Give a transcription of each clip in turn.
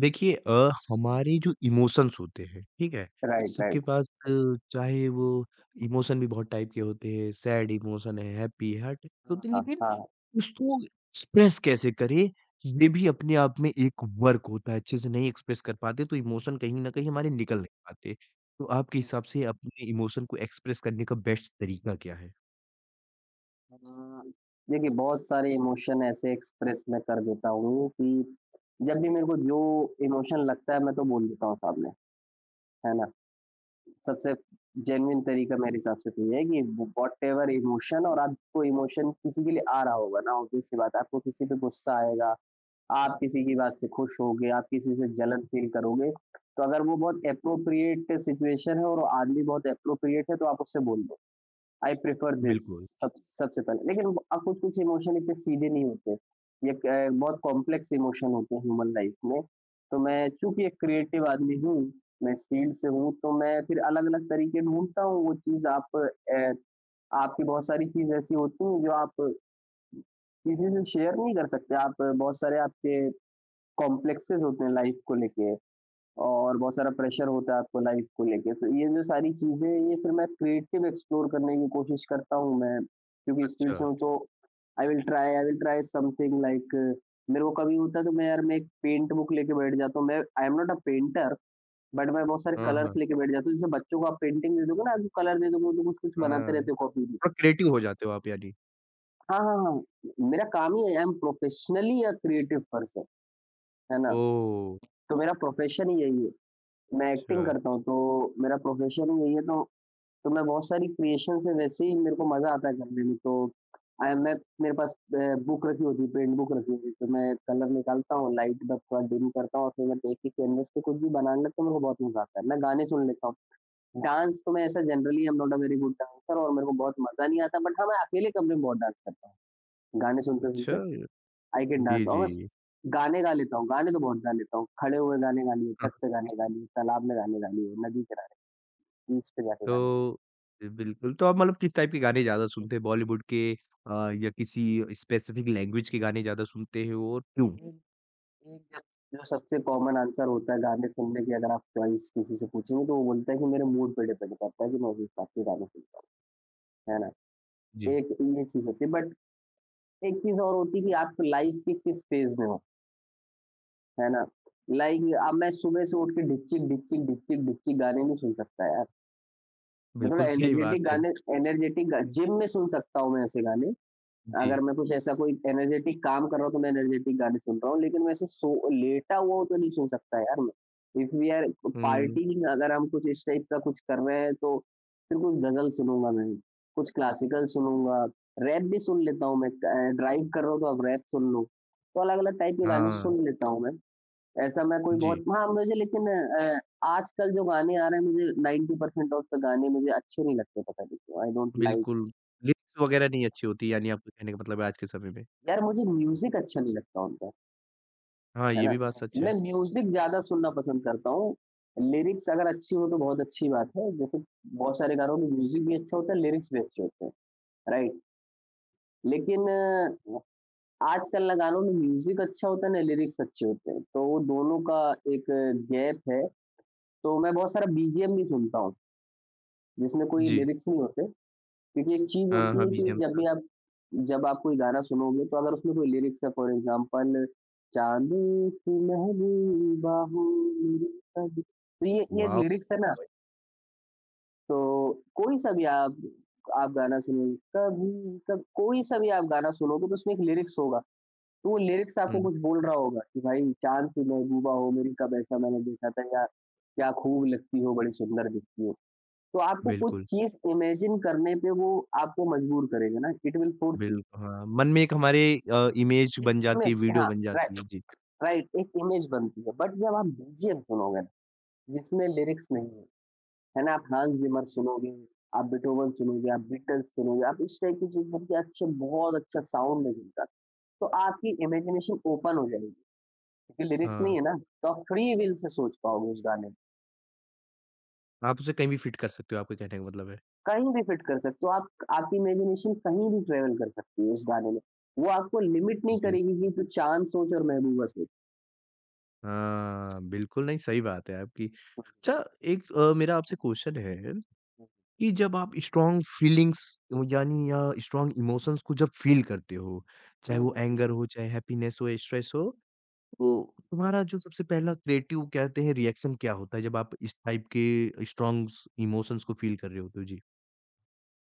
देखिए हमारे जो इमोशंस होते हैं, ठीक है? राइट, सबके राइट। पास चाहे वो इमोशन भी बहुत टाइप के होते हैं, सैड इमोशन है, हैप्पी है, हर टाइप के हाँ, होते हैं, हाँ, लेकिन हाँ। उसको एक्सप्रेस कैसे करें, ये भी अपने आप में एक वर्क होता है। अच्छे से नहीं एक्सप्रेस कर पाते, तो इमोशन कहीं न हुँ, कहीं हमारे निकल नहीं पाते। तो आपके हुँ, हिसाब से अपने इमोशन को एक्सप्रेस करने का बेस्ट तरीका क्या है? हुँ। देखिए, बहुत सारे इमोशन ऐसे एक्सप्रेस मैं कर देता हूँ कि जब भी मेरे को जो इमोशन लगता है मैं तो बोल देता हूँ सामने, है ना? सबसे जेन्युइन तरीका मेरे हिसाब से तो ये है कि व्हाटएवर इमोशन, और आपको इमोशन किसी के लिए आ रहा होगा ना, ऑब्वियस सी बात है, आपको किसी पे गुस्सा आएगा, आप किसी की बात से खुश होगे, आप किसी से जलन फ़ील करोगे, तो अगर वो बहुत एप्रोप्रिएट सिचुएशन है और वो आदमी बहुत एप्रोप्रिएट है, तो आप उससे बोल आई प्रेफर दिस बिल्कुल, सब सबसे पहले। लेकिन अब कुछ-कुछ इमोशन इतने सीधे नहीं होते। ये क बहुत कॉम्प्लेक्स इमोशन होते हैं ह्यूमन लाइफ में। तो मैं, चूँकि एक क्रिएटिव आदमी हूँ, मैं इस फ़ील्ड से हूँ, तो मैं फिर अलग-अलग तरीके ढूँढता हूँ। वो चीज़ आपकी बहुत सारी चीज़ ऐसी होती हैं जो आप किसी से शेयर नहीं कर सकते। आप बहुत सारे आपके कॉम्प्लेक्सेस होते हैं लाइफ को लेके। और बहुत सारा प्रेशर होता है आपको लाइफ़ को लेके, तो ये जो सारी चीज़ें हैं, ये फिर मैं क्रिएटिव एक्सप्लोर करने की कोशिश करता हूँ मैं, क्योंकि इस फ़ील्ड अच्छा। से हूँ तो I will try something like, मेरे को कभी होता है तो मैं, यार, मैं एक पेंट बुक लेके बैठ जाता हूँ। मैं I am not a painter, but मैं बहुत सारे हाँ, हाँ, कलर्स लेके बैठ जाता हूँ। जैसे बच्चों को आप पेंटिंग दे दोगे ना, आप कलर दे दोगे, वो तो कुछ-कुछ बनाते हाँ। रहते हो कॉपी में। थोड़ा क्रिएटिव हो जाते हो आप यानी। हाँ, हाँ, हाँ, मेरा काम ही है। I am professionally a creative person, है ना? ओह! तो मेरा प्रोफ़ेशन ही यही है, मैं एक्टिंग अच्छा, करता हूँ, तो मेरा प्रोफ़ेशन ही यही है तो मैं, बहुत सारी क्रिएशंस हैं वैसे ही, मेरे को मज़ा आता है करने में। तो अ, मैं मेरे पास बुक रखी होती है, पेंट बुक रखी होती है, तो मैं कलर निकालता हूँ, लाइट बस थोड़ा डिम करता हूँ और फिर मैं देख के कैनवस पे कुछ भी बनाने लगता हूँ, तो मेरे को बहुत मज़ा आता है। मैं गाने सुन लेता हूँ। डांस तो मैं ऐसा generally, I am not a very good dancer और मेरे को बहुत मज़ा नहीं आता, बट हाँ, मैं अकेले कमरे में बहुत डांस करता हूँ। गाने सुनते-सुनते अच्छा। आई कैन जी, डांस। और जी। बस गाने गा लेता हूँ, गाने तो बहुत गा लेता हूँ। खड़े हुए गाने गा लिए, हाँ। छत पे गाने गा लिए, तालाब में गाने गा लिए, नदी किनारे, बीच पे जाके गा तो ए, बिल्कुल, तो आप मतलब किस टाइप के गाने ज़्यादा सुनते हैं? बॉलीवुड के अ, या किसी स्पेसिफ़िक लैंग्वेज के गाने ज़्यादा सुनते हैं और क्यों? लिए। एक जब जो सबसे कॉमन आंसर होता है गाने सुनने की, अगर आप चॉइस किसी से पूछेंगे तो वो बोलता है कि मेरे मूड पे डिपेंड करता है कि मैं उस हिसाब के गाने सुनता हूँ, है ना? जी, एक ये चीज़ होती है, बट एक चीज़ और होती है कि आप लाइफ के किस फेज़ में हो, है ना? लाइक, अब मैं सुबह से उठ के ढिक-चिक, ढिक-चिक, ढिक-चिक, ढिक-चिक गाने नहीं सुन सकता, यार। मैं थोड़ा बिल्कुल सही बात एनर्जेटिक है। गाने एनर्जेटिक ग हुँ, जिम में सुन सकता हूँ। मैं ऐसे गाने, जी। अगर मैं कुछ ऐसा कोई एनर्जेटिक काम कर रहा हूँ, तो मैं एनर्जेटिक गाने सुन रहा हूँ, लेकिन वैसे सो लेटा हुआ तो नहीं सुन सकता, यार, मैं। If we are um, partying, अगर हम कुछ इस टाइप का कुछ कर रहे हैं, तो फिर कुछ गज़ल सुनूँगा मैं, कुछ क्लासिकल सुनूँगा, रैप भी सुन लेता हूँ मैं। ड्राइव कर रहा हूँ, तो अब रैप सुन लूँ। तो अलग-अलग टाइप के गाने हाँ, सुन लेता हूँ मैं। ऐसा मैं कोई जी, बहुत, हाँ, मुझे, लेकिन आजकल जो गाने आ रहे हैं, मुझे 90% ऑफ द गाने मुझे अच्छे नहीं लगते, पता नहीं क्यों? आई डोंट लाइक, बिल्कुल। लिरिक्स वगैरह नहीं अच्छी होती यानी आपका कहने का मतलब है आज के समय में। यार, मुझे म्यूज़िक अच्छा नहीं लगता उनका। हाँ, है ये ना? भी बात सच है। मैं म्यूज़िक ज़्यादा सुनना पसंद करता हूँ। लिरिक्स अगर अच्छी हो तो बहुत अच्छी बात है, जैसे बहुत सारे गानों में म्यूज़िक भी अच्छा होता है, लिरिक्स भी अच्छे होते हैं, राइट? लेकिन आजकल ना गानों में म्यूज़िक अच्छा होता है ना लिरिक्स अच्छे होते हैं, तो वो दोनों का एक गैप है, तो मैं बहुत सारा बीजीएम भी सुनता हूँ, जिसमें कोई जी। लिरिक्स नहीं होते। क्योंकि एक चीज़ हाँ, होती हाँ, है कि बीजीएम के जब साथ। भी आप, जब आप कोई गाना सुनोगे तो अगर उसमें कोई लिरिक्स है, फॉर एग्ज़ाम्पल, चांदनी सी महबूबा हो मेरी कभी, तो ये वॉव! लिरिक्स है ना, तो कोई सा भी आप गाना सुनोगे, कभी कभ कोई सा भी आप गाना सुनोगे, तो उसमें एक लिरिक्स होगा। तो वो लिरिक्स आपको हुँ, कुछ बोल रहा होगा कि भाई चाँद सी महबूबा हो मेरी, कब ऐसा मैंने देखा था, या क्या खूब लगती हो, बड़ी सुंदर दिखती हो। तो आपको कुछ बिल्कुल, चीज़ इमेजिन करने पे वो आपको मजबूर करेगा ना, इट विल फोर्स यू। बिल हाँ, मन में एक हमारे इमेज एक बन जाती इमेज है, वीडियो हाँ, बन जाती राइट, है। जी, राइट, एक इमेज बनती है। बट जब आप बीजीएम सुनोगे ना, जिसमें लिरिक्स नहीं है, है ना? आप हांस जिमर सुनोगे, आप बीटहोवन सुनोगे, आप बीटल्स सुनोगे, आप इस टाइप की चीज़ सुनके, अच्छे, बहुत अच्छा साउंड है जिनका, तो आपकी इमेजिनेशन ओपन हो जाएगी, क्योंकि लिरिक्स नहीं हाँ। है ना, तो आप फ्री विल से सोच पाओगे उस गाने, आप उसे कहीं भी फिट कर सकते हो, आपके कहने का मतलब है। कहीं भी फिट कर सकते हो आप, आपकी इमेजिनेशन कहीं भी ट्रेवल कर सकती है उस गाने में। वो आपको लिमिट नहीं जी। करेगी कि तू चाँद सोच और महबूबा सोच। हाँ, बिल्कुल नहीं सही बात है आपकी। अच्छा एक मेरा आपसे क्वेश्चन है कि जब आप स्ट्रॉन्ग फीलिंग्स यानी या स्ट्रॉन्ग इमोशंस को जब फील करते हो, चाहे वो हुँ। एंगर हो, चाहे हैप्पीनेस हो या स्ट्रेस हो, तो तुम्हारा जो सबसे पहला क्रिएटिव कहते हैं रिएक्शन क्या होता है जब आप इस टाइप के स्ट्रॉन्ग इमोशंस को फील कर रहे होते हो? जी।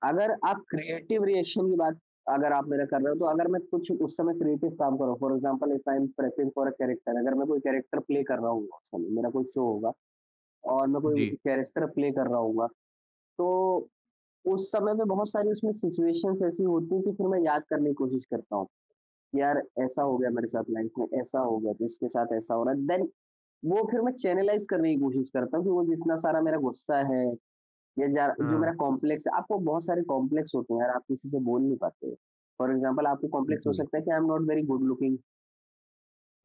अगर आप क्रिएटिव रिएक्शन की बात अगर आप मेरा कर रहे हो, तो अगर मैं कुछ उस समय क्रिएटिव काम कर रहा हूँ, for example if I am prepping for a character, अगर मैं कोई कैरेक्टर प्ले कर रहा हूँगा, उस समय मेरा कोई शो होगा और मैं कोई जी। कैरेक्टर प्ले कर रहा हूँगा, तो उस समय में बहुत सारी उसमें सिचुएशंस ऐसी होती हैं कि फिर मैं याद करने की कोशिश करता हूँ। यार, ऐसा हो गया मेरे साथ लाइफ में, ऐसा हो गया, जिसके साथ ऐसा हो रहा है, देन वो फिर मैं चैनलाइज़ करने की कोशिश करता हूँ कि वो जितना सारा मेरा गुस्सा है या जा जो हाँ, मेरा कॉम्प्लेक्स है। आपको बहुत सारे कॉम्प्लेक्स होते हैं, यार, आप किसी से बोल नहीं पाते। फॉर एग्ज़ाम्पल आपको कॉम्प्लेक्स हो बिल्कुल। सकता है कि I am not very good looking.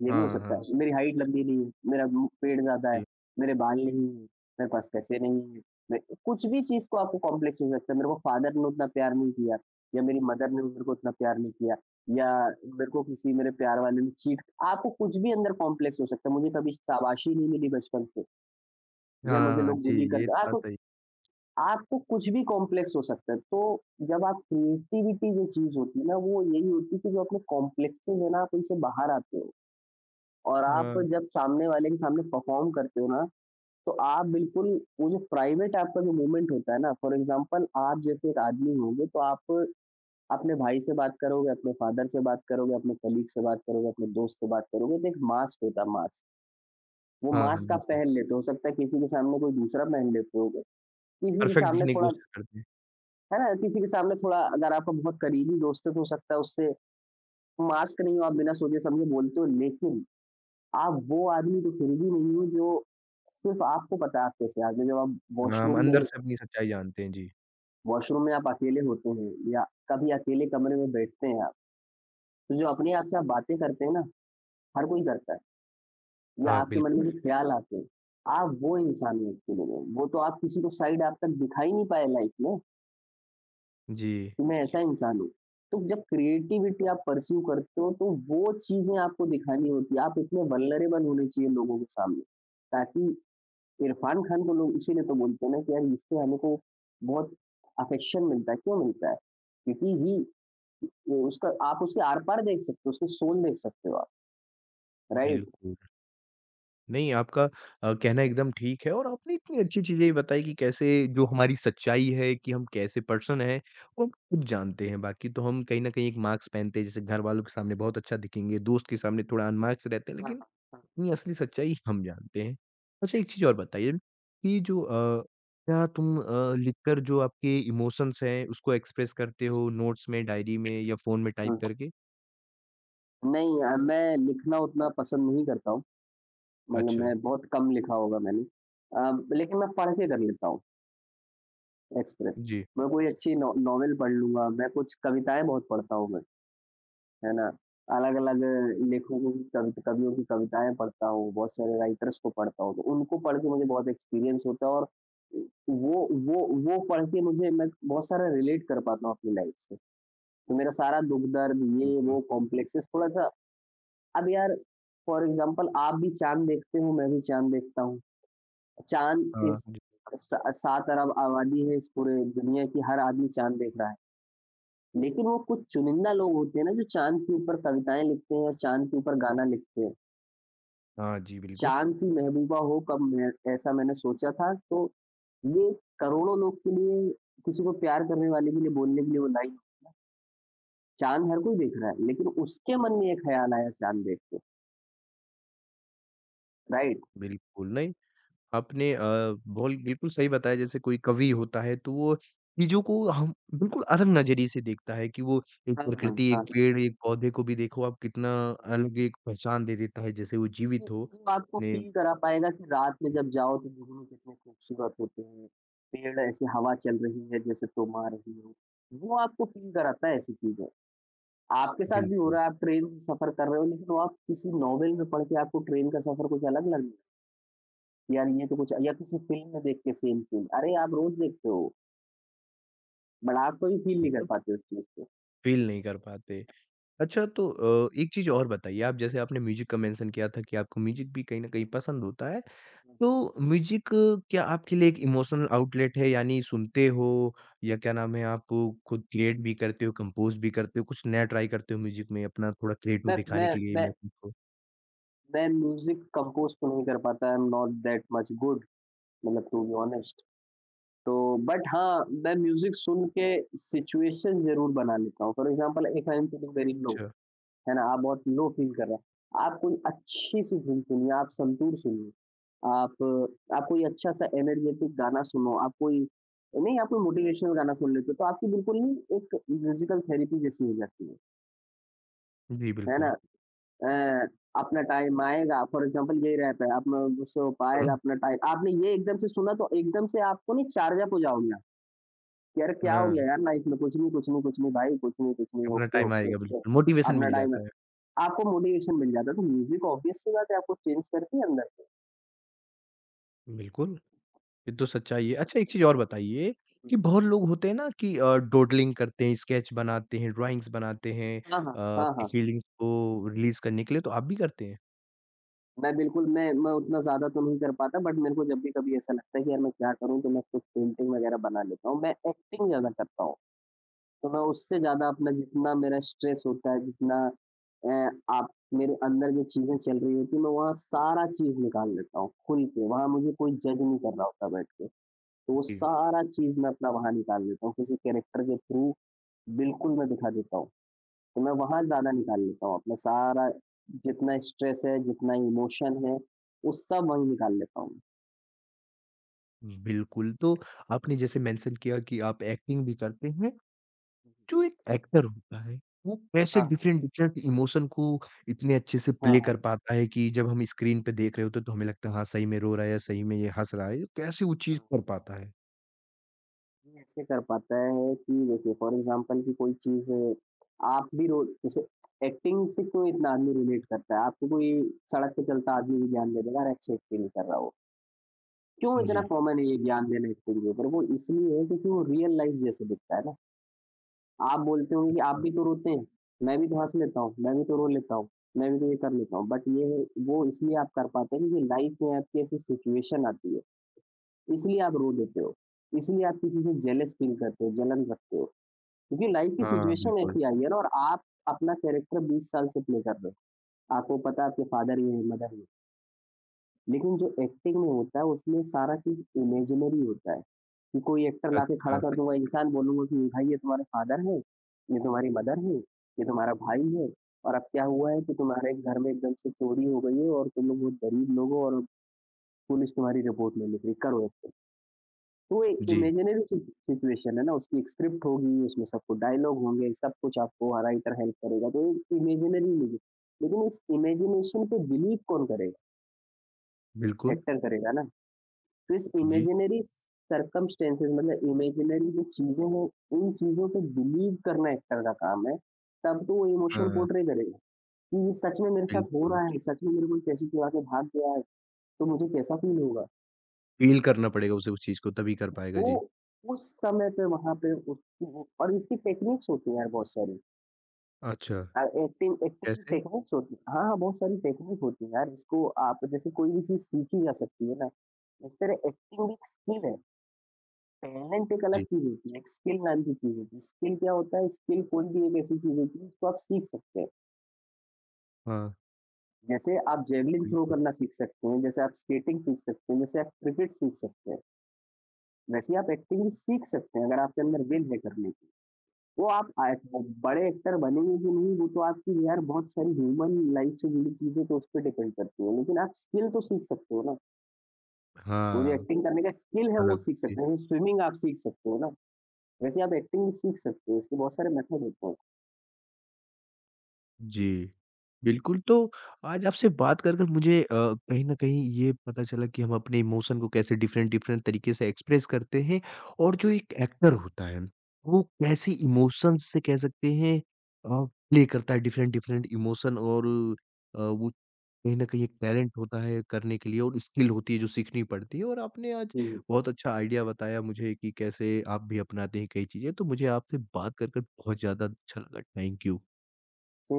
ये भी हो हाँ, सकता हाँ। है। मेरी हाइट लंबी नहीं है, मेरा मुँह पेट ज़्यादा है, जी। मेरे बाल नहीं हैं, मेरे पास पैसे नहीं हैं, मैं कुछ भी चीज़ को आपको कॉम्प्लेक्स हो सकता है। मेरे को फ़ादर ने उतना प्यार नहीं किया या मेरी मदर ने मेरे को उतना प्यार नहीं किया या मेरे को किसी मेरे प्यार वाले ने चीट, आपको कुछ भी अंदर कॉम्प्लेक्स हो सकता है। मुझे कभी शाबाशी नहीं मिली बचपन से, या हाँ, मुझे हाँ। लोग जी, बुली ये तो करते, बात आप सही। आपको कुछ भी कॉम्प्लेक्स हो सकता है। तो जब आप क्रिएटिविटी, जो चीज़ होती है ना, वो यही होती है कि जो अपने कॉम्प्लेक्सेस है ना, आप उनसे बाहर आते हो। और आप हाँ। जब सामने वाले के सामने परफ़ॉर्म करते हो ना, तो आप बिल्कुल वो जो प्राइवेट आपका जो मोमेंट होता है ना, फॉर एग्ज़ाम्पल आप जैसे एक आदमी होंगे, तो आप अपने भाई से बात करोगे, अपने फादर से बात करोगे, अपने कलीग से बात करोगे, अपने दोस्त से बात करोगे, तो एक मास्क होता है, मास्क। वो हाँ, हाँ, मास्क आप बिल्कुल। पहन लेते हो सकता है किसी के सामने कोई दूसरा पहन लेते होगे। किसी के परफेक्ट सामने दिखने की थोड़ा, कोशिश करते हैं। है ना, किसी के सामने थोड़ा, अगर आपका बहुत करीबी दोस्त है, तो हो सकता है उससे मास्क नहीं हो, आप बिना सोचे-समझे बोलते हो। लेकिन आप वो आदमी तो फिर भी नहीं हो, जो सिर्फ़ आपको पता है आप कैसे आदमी हो। जब आप हाँ, हम अंदर से अपनी सच्चाई जानते हैं। जी। वॉशरूम में आप अकेले होते हैं, या कभी अकेले कमरे में बैठते हैं आप, तो जो अपने आप से आप बातें करते हैं ना, हर कोई करता है, या हाँ, आपके मन में जो बिल्कुल। बिल्कुल ख़्याल आते हैं, आप वो इंसान हो एक्चुअली में। वो तो आप किसी को साइड आप तक दिखा ही नहीं पाए लाइफ़ में जी। कि मैं ऐसा इंसान हूँ। तो जब क्रिएटिविटी आप पर्स्यू करते हो, तो वो चीज़ें आपको दिखानी होती है। आप इतने वल्नरेबल होने चाहिए लोगों के सामने, ताकि, इरफान खान को लोग इसीलिए तो बोलते हैं ना कि यार इससे हमें को बहुत अफेक्शन मिलता है, क्यों मिलता है? क्योंकि ही ये उसका, आप उसके आर-पार देख सकते हो, उसकी सोल देख सकते हो आप, राइट? बिल्कुल। नहीं, आपका कहना एकदम ठीक है और आपने इतनी अच्छी चीज़ें बताई कि कैसे जो हमारी सच्चाई है कि हम कैसे पर्सन हैं, वो हम खुद जानते हैं। बाकी तो हम कहीं न कहीं एक मास्क पहनते हैं, जैसे घरवालों के सामने बहुत अच्छा दिखेंगे, दोस्त के सामने थोड़ा अनमास्क रहते हैं, हाँ, लेकिन हाँ, हाँ। अपनी असली सच्चाई हम जानते हैं। अच्छा एक चीज़ और बताइए कि जो क्या तुम लिखकर जो आपके इमोशंस हैं, उसको एक्सप्रेस करते हो नोट्स में, डायरी में या फ़ोन में टाइप हुँ। करके? नहीं, मैं लिखना उतना पसंद नहीं करता हूँ, मतलब अच्छा। मैं बहुत कम लिखा होगा मैंने। लेकिन मैं पढ़ के कर लेता हूँ एक्सप्रेस। जी, मैं कोई अच्छी नॉ नॉवेल पढ़ लूँगा, मैं कुछ कविताएँ बहुत पढ़ता हूँ मैं। है ना? अलग-अलग लेखकों की कवियों की कविताएँ पढ़ता हूँ, बहुत सारे राइटर्स को पढ़ता हूँ, तो उनको पढ़ के मुझे बहुत एक्सपीरियंस होता है। और वो पढ़ के मुझे मैं बहुत सारा रिलेट कर पाता हूँ अपनी लाइफ़ से। तो मेरा सारा दुःख-दर्द, ये बिल्कुल। वो कॉम्प्लेक्सेस थोड़ा-सा। अब यार फॉर एग्ज़ाम्पल आप भी चाँद देखते हो, मैं भी चाँद देखता हूँ। चाँद हाँ, इस जी। स 7 अरब आबादी है इस पूरे दुनिया की, हर आदमी चाँद देख रहा है। लेकिन वो कुछ चुनिंदा लोग होते हैं ना जो चाँद के ऊपर कविताएँ लिखते हैं और चाँद के ऊपर गाना लिखते हैं। हाँ जी, बिल्कुल। चाँद सी महबूबा हो कब, मैं ऐसा मैंने सोचा था। तो ये करोड़ों लोग के लिए, किसी को प्यार करने वाले के लिए बोलने के लिए वो लाइन। चाँद हर कोई देख रहा है लेकिन उसके मन में ये ख़्याल आया चाँद देख के, राइट? बिल्कुल, नहीं आपने बोल बिल्कुल सही बताया जैसे कोई कवि होता है तो वो चीज़ों को हम बिल्कुल अलग नज़रिए से देखता है कि वो एक हाँ, हाँ, हाँ। प्रकृति, एक हाँ। पेड़, एक पौधे को भी देखो आप कितना हाँ। अलग एक पहचान दे देता है जैसे वो वो जीवित हो। वो आपको ने फ़ील करा पाएगा कि रात में जब जाओ तो जुगनू कितने खूबसूरत होते हैं, पेड़ ऐसे हवा चल रही है जैसे तुम आ रही हो। वो आपको फ़ील कराता है ऐसी चीज़ें। आपके साथ भी हो बिल्कुल, रहा है, आप ट्रेन से सफ़र कर रहे हो, लेकिन वो आप किसी नॉवेल में पढ़ के आपको ट्रेन का सफ़र कुछ अलग लग रहा है यार ये। तो कुछ या किसी फ़िल्म में देख के सेम सीन, अरे आप रोज़ देखते हो, बट आप कोई फ़ील नहीं कर बिल्कुल पाते उस चीज़ को। फ़ील नहीं कर पाते। अच्छा तो एक चीज़ और बताइए आप जैसे आपने म्यूज़िक का मेंशन किया था कि आपको म्यूज़िक भी कहीं न कहीं पसंद होता है। तो म्यूजिक क्या आपके लिए एक इमोशनल आउटलेट है यानी सुनते हो या क्या नाम है आप खुद क्रिएट भी करते हो, कंपोज़ भी करते हो, कुछ नया ट्राई करते हो म्यूजिक में अपना थोड़ा क्रिएटिव मैं दिखाने मैं के लिए मैं इमोशन को? मैं म्यूज़िक कंपोज़ तो नहीं कर पाता, I am not that much good, मतलब टू बी ऑनेस्ट। तो बट हाँ, मैं म्यूज़िक सुन के सिचुएशन ज़रूर बना लेता हूँ। For example if I am feeling very low, अच्छा, है ना, आप बहुत लो फ़ील कर रहे हैं, आप कोई अच्छी-सी धुन सुनिए, आप संतूर सुनिए। आप आप कोई अच्छा-सा एनर्जेटिक गाना सुनो, आप कोई, नहीं आप कोई मोटिवेशनल गाना सुन लेते हो, तो आपकी बिल्कुल ही एक म्यूज़िकल थेरेपी जैसी हो जाती जी है ना? बिल्कुल। अ, अपना टाइम आएगा, फॉर एग्ज़ाम्पल यही रहता है, अपना मुझसे हो हाँ, पाएगा अपना टाइम। आपने ये एकदम से सुना तो एकदम से आपको नहीं चार्ज अप हो जाओगे आप, कि अरे क्या हो हाँ, गया यार लाइफ़ में? कुछ नहीं, कुछ नहीं, कुछ नहीं भाई, कुछ नहीं, अपना ओके, टाइम ओके, आएगा ओके, बिल्कुल, मोटिवेशन अपना मिल टाइम है। जाता है। आपको मोटिवेशन मिल जाता है, तो म्यूज़िक ऑब्वियस सी बात है आपको चेंज करती है अंदर से। बिल्कुल, ये तो सच्चाई है। अच्छा एक चीज़ और बताइए कि बहुत लोग होते हैं ना कि डॉडलिंग करते हैं, स्केच बनाते हैं, ड्राइंग्स बनाते हैं हाँ, हाँ। हाँ, अपनी हाँ। फीलिंग्स को रिलीज़ करने के लिए, तो आप भी करते हैं? मैं बिल्कुल, मैं उतना ज़्यादा तो नहीं कर पाता बट मेरे को जब भी कभी ऐसा लगता है कि यार मैं क्या करूँ? तो मैं कुछ पेंटिंग वग़ैरह बना लेता हूँ। मैं एक्टिंग ज़्यादा करता हूँ। तो मैं उससे ज़्यादा अपना जितना मेरा स्ट्रेस होता है, जितना अ, आप मेरे अंदर जो चीज़ें चल रही होती हैं, मैं वहाँ सारा चीज़ निकाल लेता हूँ खुल के। वहाँ मुझे कोई जज नहीं कर रहा होता बैठ के। तो वो जी। सारा चीज़ मैं अपना वहाँ निकाल लेता हूँ, किसी कैरेक्टर के थ्रू बिल्कुल मैं दिखा देता हूँ। तो मैं वहाँ ज़्यादा निकाल लेता हूँ अपना सारा, जितना स्ट्रेस है, जितना इमोशन है, वो सब वहीं निकाल लेता हूँ। बिल्कुल, तो आपने जैसे मेंशन किया कि आप एक्टिंग भी करते हैं, हुँ। जो एक एक्टर होता है, वो कैसे हाँ, हाँ। डिफरेंट-डिफरेंट इमोशन को इतने अच्छे से हाँ, प्ले कर हाँ। पाता है कि जब हम स्क्रीन पे देख रहे होते हैं, तो हमें लगता है हाँ, सही में रो रहा है या सही में ये हँस रहा है, तो कैसे वो चीज़ हाँ, कर पाता है? ये ऐसे कर पाता है कि देखिए फॉर एग्ज़ाम्पल कि कोई चीज़ है, आप भी रो जैसे, एक्टिंग से क्यों इतना आदमी रिलेट करता है? आपको कोई सड़क पे चलता आदमी भी ज्ञान दे देगा, "अरे! अच्छी एक्टिंग कर रहा है वो।" क्यों इतना जी। कॉमन है ये ज्ञान देना एक्टिंग के ऊपर? वो इसलिए है क्योंकि वो रियल लाइफ़ जैसे दिखता है ना। आप बोलते होंगे कि आप अच्छा, भी तो रोते हैं, मैं भी तो हँस लेता हूँ, मैं भी तो रो लेता हूँ, मैं भी तो ये कर लेता हूँ। बट ये है वो, इसलिए आप कर पाते हैं क्योंकि लाइफ में आपकी ऐसी सिचुएशन आती है, इसलिए आप रो देते हो। इसलिए आप किसी से जेलस फील करते हो, जलन रखते हो। क्योंकि लाइफ की हाँ, सिचुएशन बिल्कुल, ऐसी आई है ना और आप अपना कैरेक्टर 20 साल से प्ले कर रहे हो। आपको पता है आपके फादर ये हैं, मदर। लेकिन जो एक्टिंग में होता है उसमें सारा चीज़ इमेजिनरी होता है, कि कोई एक्टर लाके खड़ा अच्छा, कर दूँगा, इंसान बोलूँगा कि भाई ये तुम्हारे फादर हैं, ये तुम्हारी मदर हैं, ये तुम्हारा भाई है। और अब क्या हुआ है कि तुम्हारे घर में एकदम से चोरी हो गई है और तुम लोग बहुत गरीब लोग हो और पुलिस तुम्हारी रिपोर्ट नहीं लिख रही, करो एक्टिंग। तो एक जी, इमेजिनरी सि सिचुएशन है ना, उसकी एक स्क्रिप्ट होगी, उसमें सबको डायलॉग होंगे, सब कुछ आपको राइटर हेल्प करेगा, तो एक इमेजिनरी मूवी। लेकिन इस इमेजिनेशन पे बिलीव कौन करेगा? बिल्कुल, एक्टर करेगा ना। तो इस जी, इमेजिनरी सर्कमस्टेंसेस, मतलब इमेजिनरी जो चीज़ें हैं, इन चीज़ों पे बिलीव करना एक्टर का काम है, तब तो वो इमोशन हाँ, पोर्ट्रे करेगा, कि ये सच में मेरे साथ हो बिल्कुल, रहा है, सच में मेरे को कैसी चुरा के भाग गया है, तो मुझे कैसा फ़ील होगा। फ़ील करना पड़ेगा उसे उस चीज़ को तभी कर पाएगा, वो जी। उस समय पे वहाँ पे उसकी वो, और इसकी टेक्निक्स होती हैं यार बहुत सारी। अच्छा, एक्टिंग एक्टिंग की कैसे? टेक्निक्स होती हैं। हाँ, हाँ बहुत सारी टेक्निक होती हैं यार, इसको आप जैसे कोई भी चीज़ सीखी जा सकती है ना, इस तरह एक्टिंग एक स्किल है। टैलेंट एक अलग जी, चीज़ होती है, एक स्किल नाम की चीज़ होती है। स्किल क्या होता है, स्किल कोई भी एक ऐसी चीज़ होती है जिसको आप सीख सकते हैं। हाँ, जैसे आप जैवलिन थ्रो बिल्कुल, करना सीख सकते हैं, जैसे आप स्केटिंग सीख सकते हैं, जैसे आप क्रिकेट सीख सकते हैं, वैसे ही आप एक्टिंग भी सीख सकते हैं अगर आपके अंदर विल है करने की। वो आप आए बड़े एक्टर बनेंगे कि नहीं, वो तो आपकी यार बहुत सारी ह्यूमन लाइफ से जुड़ी चीज़ें तो उस पे डिपेंड करती है, लेकिन आप स्किल तो सीख सकते हो ना। वो जो हाँ, एक्टिंग करने का स्किल है वो अलग। सीख जी। सकते हो, स्विमिंग आप सीख सकते हो ना, वैसे आप एक्टिंग भी सीख सकते हो, इसके बहुत सारे मेथड होते हैं। जी, बिल्कुल, तो आज आपसे कर मुझे कहीं न कहीं ये पता चला कि हम अपने इमोशन को कैसे डिफरेंट डिफरेंट तरीके से एक्सप्रेस करते हैं और जो एक एक्टर होता है, वो कैसे इमोशंस से कह सकते हैं अ, प्ले करता है डिफरेंट डिफरेंट इमोशन और वो कहीं न कहीं एक टैलेंट होता है करने के लिए और स्किल होती है जो सीखनी पड़ती है और आपने आज 嗯，बहुत अच्छा आइडिया बताया मुझे कि कैसे आप भी अपनाते हैं कई चीज़ें, तो मुझे आपसे कर बहुत ज़्यादा अच्छा लगा। Thank you. 因